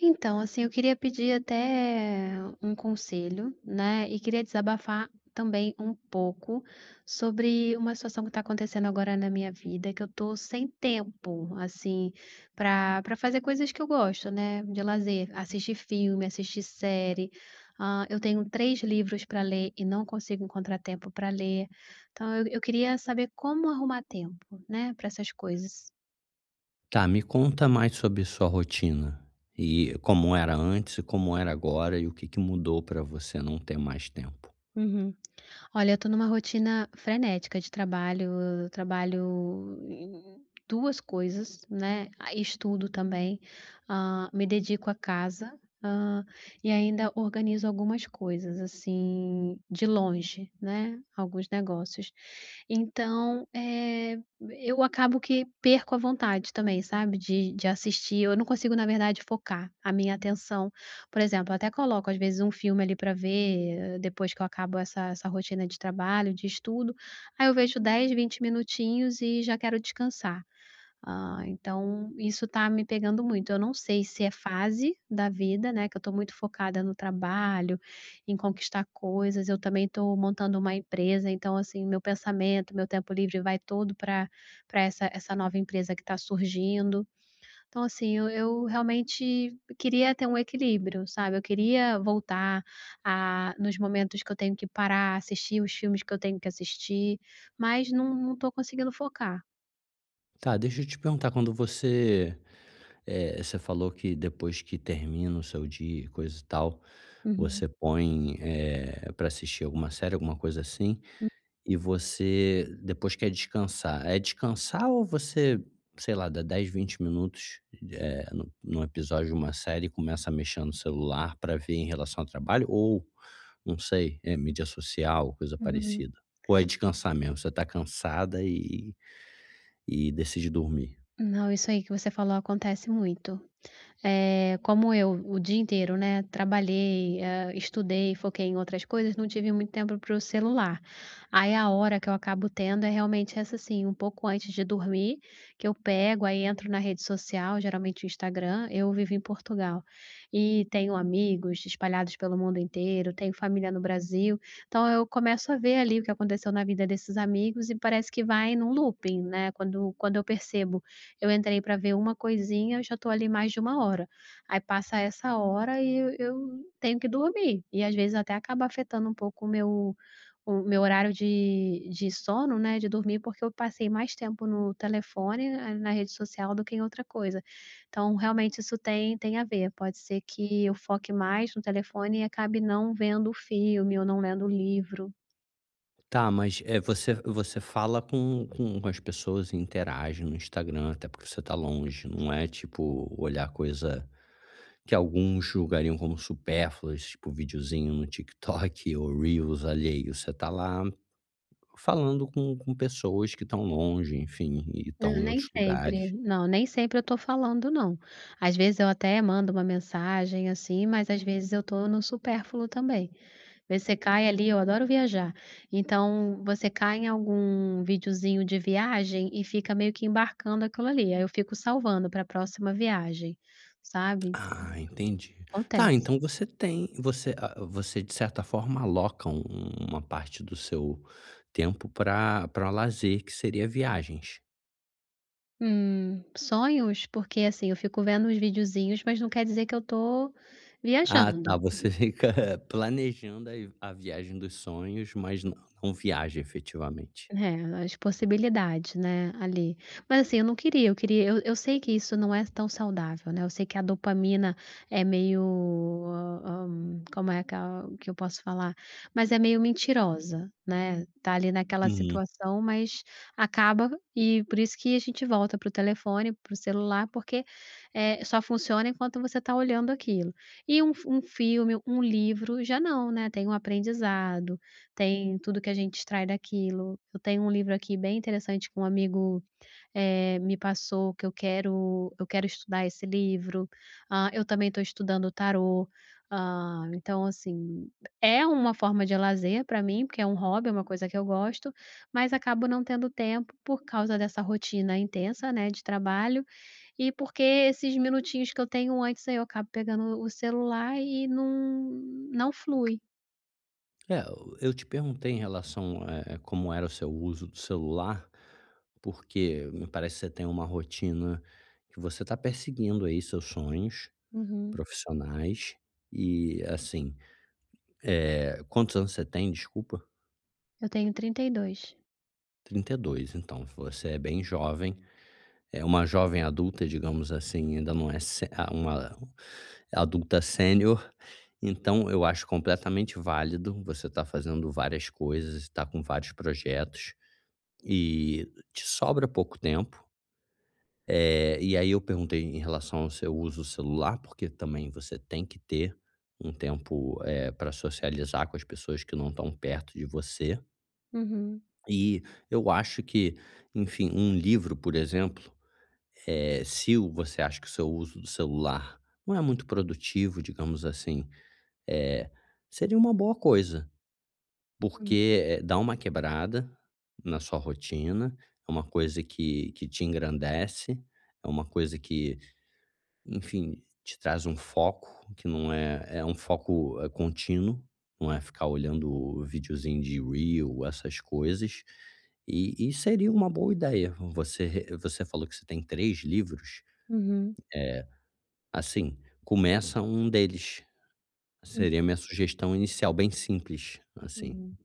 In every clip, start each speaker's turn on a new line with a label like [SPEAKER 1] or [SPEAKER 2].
[SPEAKER 1] Então, assim, eu queria pedir até um conselho, né, e queria desabafar também um pouco sobre uma situação que está acontecendo agora na minha vida, que eu tô sem tempo, assim, para fazer coisas que eu gosto, né, de lazer, assistir filme, assistir série. Eu tenho 3 livros para ler e não consigo encontrar tempo para ler. Então eu queria saber como arrumar tempo, né, para essas coisas.
[SPEAKER 2] Tá, me conta mais sobre sua rotina e como era antes e como era agora e o que que mudou para você não ter mais tempo.
[SPEAKER 1] Uhum. Olha, eu tô numa rotina frenética de trabalho, eu trabalho em 2 coisas, né, estudo também, me dedico à casa, hã, e ainda organizo algumas coisas, assim, de longe, né, alguns negócios. Então, eu acabo que perco a vontade também, sabe, de assistir, eu não consigo, na verdade, focar a minha atenção. Por exemplo, eu até coloco às vezes um filme ali pra ver, depois que eu acabo essa rotina de trabalho, de estudo, aí eu vejo 10 20 minutinhos e já quero descansar. Então isso tá me pegando muito. Eu não sei se é fase da vida, né, que eu tô muito focada no trabalho, em conquistar coisas, eu também tô montando uma empresa, então assim, meu pensamento, meu tempo livre vai todo pra essa nova empresa que tá surgindo. Então, assim, eu realmente queria ter um equilíbrio, sabe, eu queria voltar a nos momentos que eu tenho que parar, assistir os filmes que eu tenho que assistir, mas não estou conseguindo focar.
[SPEAKER 2] Tá, deixa eu te perguntar, quando você, você falou que depois que termina o seu dia e coisa e tal,
[SPEAKER 1] Uhum.
[SPEAKER 2] você põe, para assistir alguma série, alguma coisa assim. E você depois quer descansar. É descansar ou você, sei lá, dá 10, 20 minutos, num episódio de uma série e começa a mexer no celular para ver em relação ao trabalho ou, não sei, é mídia social, coisa
[SPEAKER 1] Uhum.
[SPEAKER 2] parecida? Ou é descansar mesmo, você tá cansada e decide dormir?
[SPEAKER 1] Não, isso aí que você falou acontece muito. Como eu o dia inteiro, né, trabalhei, estudei, foquei em outras coisas, não tive muito tempo para o celular. Aí a hora que eu acabo tendo é realmente essa, assim, um pouco antes de dormir, que eu pego, aí entro na rede social, geralmente o Instagram, eu vivo em Portugal. E tenho amigos espalhados pelo mundo inteiro, tenho família no Brasil, então eu começo a ver ali o que aconteceu na vida desses amigos e parece que vai num looping, né, quando eu percebo eu entrei para ver uma coisinha, eu já estou ali mais de uma hora. Aí passa essa hora e eu tenho que dormir. E às vezes até acaba afetando um pouco o meu horário de sono, né, de dormir, porque eu passei mais tempo no telefone, na rede social do que em outra coisa. Então realmente isso tem a ver. Pode ser que eu foque mais no telefone e acabe não vendo o filme ou não lendo o livro.
[SPEAKER 2] Tá, mas, você fala com as pessoas e interage no Instagram, até porque você tá longe, não é tipo olhar coisa que alguns julgariam como supérfluas, tipo videozinho no TikTok ou reels alheio. Você tá lá falando com pessoas que estão longe, enfim, e
[SPEAKER 1] Não,
[SPEAKER 2] estão em
[SPEAKER 1] nem
[SPEAKER 2] outros
[SPEAKER 1] sempre.
[SPEAKER 2] lugares.
[SPEAKER 1] Não, nem sempre eu tô falando não. Às vezes eu até mando uma mensagem, assim, mas às vezes eu tô no supérfluo também. Às vezes você cai ali, eu adoro viajar. Então, você cai em algum videozinho de viagem e fica meio que embarcando aquilo ali, aí eu fico salvando para a próxima viagem, sabe. Então,
[SPEAKER 2] Ah, entendi. Tá,
[SPEAKER 1] acontece.
[SPEAKER 2] então você tem, você, ah, você de certa forma aloca um- uma parte do seu tempo para lazer, que seria viagens.
[SPEAKER 1] Sonhos? Porque, assim, eu fico vendo uns videozinhos, mas não quer dizer que eu tô
[SPEAKER 2] Ah, tá,
[SPEAKER 1] viajando.
[SPEAKER 2] você fica planejando a viagem dos sonhos, mas não viaja efetivamente.
[SPEAKER 1] É, as possibilidades, né, ali. Mas assim, eu não queria, eu queria, eu sei que isso não é tão saudável, né, eu sei que a dopamina é meio, como é que a que eu posso falar? Mas é meio mentirosa, né, tá ali naquela situação, mas acaba, e por isso que a gente volta para o telefone, para o celular, porque, só funciona enquanto você tá olhando aquilo. E um filme, um livro, já não, né, tem um aprendizado, tem tudo que a gente extrai daquilo. Eu tenho um livro aqui bem interessante que um amigo, me passou, que eu quero estudar esse livro. Ah, eu também estou estudando tarô. Ah, então assim, é uma forma de lazer para mim, porque é um hobby, é uma coisa que eu gosto, mas acabo não tendo tempo por causa dessa rotina intensa, né, de trabalho, e porque esses minutinhos que eu tenho antes, aí eu acabo pegando o celular e não flui.
[SPEAKER 2] É, eu te perguntei em relação, como era o seu uso do celular, porque me parece que você tem uma rotina que você está perseguindo aí seus sonhos
[SPEAKER 1] Uhum.
[SPEAKER 2] profissionais e, assim, quantos anos você tem, desculpa?
[SPEAKER 1] Eu tenho 32.
[SPEAKER 2] 32. Então você é bem jovem, é uma jovem adulta, digamos assim, ainda não é se ah, uma adulta sênior. Então eu acho completamente válido você estar fazendo várias coisas, estar com vários projetos. E te sobra pouco tempo. E aí eu perguntei em relação ao seu uso do celular, porque também você tem que ter um tempo, para socializar com as pessoas que não estão perto de você.
[SPEAKER 1] Uhum.
[SPEAKER 2] E eu acho que, enfim, um livro, por exemplo, se o você acha que o seu uso do celular não é muito produtivo, digamos assim, eh, seria uma boa coisa.
[SPEAKER 1] Uhum,
[SPEAKER 2] Porque, dá uma quebrada na sua rotina, é uma coisa que te engrandece, é uma coisa que, enfim, te traz um foco que não é um foco, contínuo, não é ficar olhando videozinho de reel, essas coisas. E seria uma boa ideia você falou que você tem 3 livros,
[SPEAKER 1] uhum,
[SPEAKER 2] assim, começa um deles,
[SPEAKER 1] hum,
[SPEAKER 2] seria a minha sugestão inicial, bem simples, assim.
[SPEAKER 1] uhum.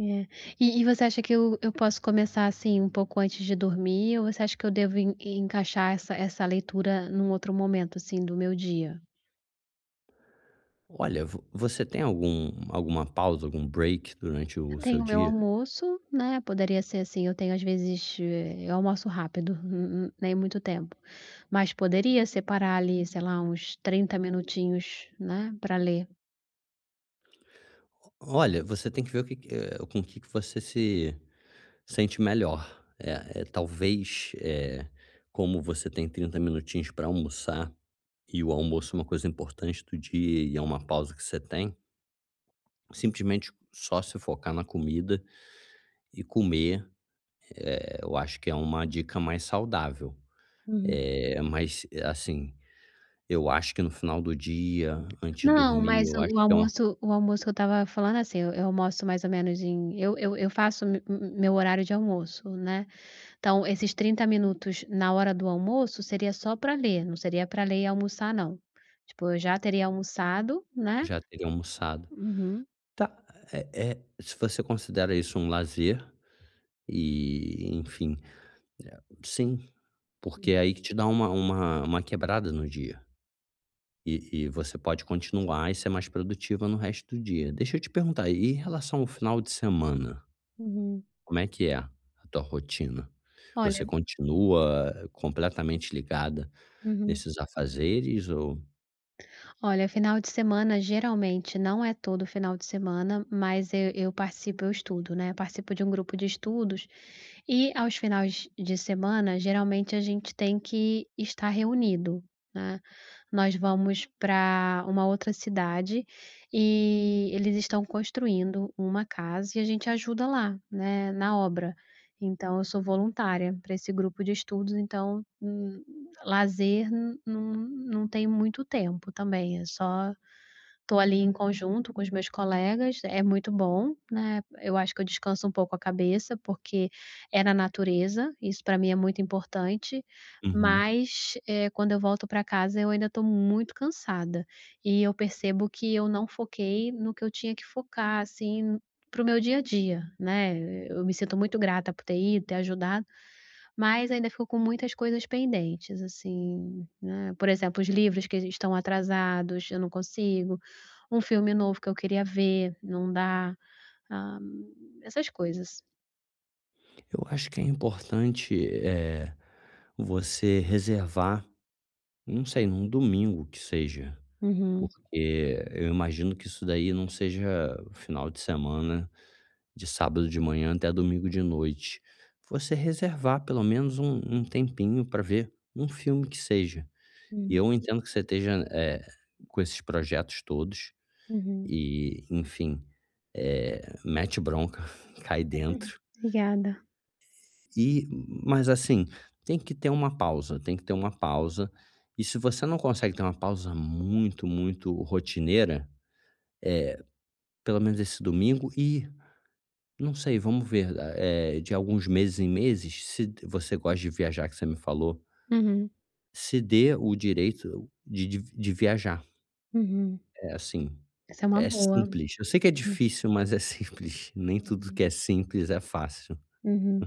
[SPEAKER 1] É. E e você acha que eu posso começar, assim, um pouco antes de dormir, ou você acha que eu devo en encaixar essa leitura num outro momento, assim, do meu dia?
[SPEAKER 2] Olha, vo você tem alguma pausa, algum break durante o
[SPEAKER 1] Eu
[SPEAKER 2] seu
[SPEAKER 1] tenho o meu
[SPEAKER 2] dia?
[SPEAKER 1] almoço, né, poderia ser assim, eu tenho às vezes, eu almoço rápido, n n nem muito tempo, mas poderia separar ali, sei lá, uns 30 minutinhos, né, pra ler.
[SPEAKER 2] Olha, você tem que ver o que que eh, com o que que você se sente melhor. É talvez, como você tem 30 minutinhos para almoçar, e o almoço é uma coisa importante do dia e é uma pausa que você tem, simplesmente só se focar na comida e comer, eu acho que é uma dica mais saudável.
[SPEAKER 1] Uhum.
[SPEAKER 2] É, mas, assim, eu acho que no final do dia, antes de
[SPEAKER 1] Não,
[SPEAKER 2] dormir,
[SPEAKER 1] mas
[SPEAKER 2] eu acho
[SPEAKER 1] o
[SPEAKER 2] que é uma.
[SPEAKER 1] almoço, o almoço que eu estava falando, assim, eu almoço mais ou menos em, eu faço m m meu horário de almoço, né. Então esses 30 minutos na hora do almoço seria só para ler, não seria para ler e almoçar não. Tipo, eu já teria almoçado, né.
[SPEAKER 2] Já teria almoçado.
[SPEAKER 1] Uhum.
[SPEAKER 2] Tá, é se você considera isso um lazer e, enfim, eh, sim, porque é aí que te dá uma quebrada no dia. E você pode continuar e ser mais produtiva no resto do dia. Deixa eu te perguntar, e em relação ao final de semana,
[SPEAKER 1] Uhum.
[SPEAKER 2] como é que é a tua rotina? Você
[SPEAKER 1] Olha,
[SPEAKER 2] continua completamente ligada
[SPEAKER 1] uhum.
[SPEAKER 2] nesses afazeres ou.
[SPEAKER 1] Olha, final de semana, geralmente não é todo final de semana, mas eu participo, eu estudo, né, eu participo de um grupo de estudos, e aos finais de semana geralmente a gente tem que estar reunido, né. Nós vamos para uma outra cidade, e eles estão construindo uma casa e a gente ajuda lá, né, na obra. Então eu sou voluntária para esse grupo de estudos, então, lazer não tem muito tempo também, é só tô ali em conjunto com os meus colegas, é muito bom, né, eu acho que eu descanso um pouco a cabeça, porque é na natureza, isso para mim é muito importante,
[SPEAKER 2] Uhum.
[SPEAKER 1] mas, quando eu volto para casa eu ainda estou muito cansada, e eu percebo que eu não foquei no que eu tinha que focar, assim, para o meu dia a dia, né, eu me sinto muito grata por ter ido, ter ajudado, mas ainda ficou com muitas coisas pendentes, assim, né, por exemplo, os livros que estão atrasados, eu não consigo, um filme novo que eu queria ver, não dá, hã, essas coisas.
[SPEAKER 2] Eu acho que é importante, é você reservar. Não sei, num domingo que seja,
[SPEAKER 1] Uhum.
[SPEAKER 2] porque eu imagino que isso daí não seja final de semana, de sábado de manhã até domingo de noite. Você reservar pelo menos um tempinho para ver um filme que seja. E
[SPEAKER 1] Hum.
[SPEAKER 2] eu entendo que você esteja, com esses projetos todos
[SPEAKER 1] Uhum.
[SPEAKER 2] e, enfim, mete bronca, cai
[SPEAKER 1] Uhum.
[SPEAKER 2] dentro.
[SPEAKER 1] Obrigada.
[SPEAKER 2] E mas assim, tem que ter uma pausa, tem que ter uma pausa. E se você não consegue ter uma pausa muito, muito rotineira, pelo menos esse domingo e não sei, vamos ver, de alguns meses em meses, se d você gosta de viajar, que você me falou,
[SPEAKER 1] Uhum.
[SPEAKER 2] se dê o direito de viajar.
[SPEAKER 1] Uhum.
[SPEAKER 2] É assim,
[SPEAKER 1] Essa é uma
[SPEAKER 2] é
[SPEAKER 1] boa.
[SPEAKER 2] simples. Eu sei que é
[SPEAKER 1] Uhum.
[SPEAKER 2] difícil, mas é simples. Nem tudo
[SPEAKER 1] Uhum.
[SPEAKER 2] que é simples é fácil.
[SPEAKER 1] Uhum.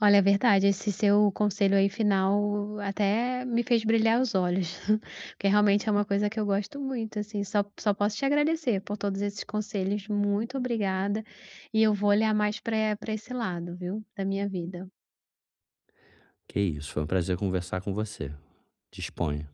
[SPEAKER 1] Olha, é verdade, esse seu conselho aí final até me fez brilhar os olhos, porque realmente é uma coisa que eu gosto muito, assim, só posso te agradecer por todos esses conselhos, muito obrigada, e eu vou olhar mais para esse lado, viu, da minha vida.
[SPEAKER 2] Que isso, foi um prazer conversar com você. Disponha.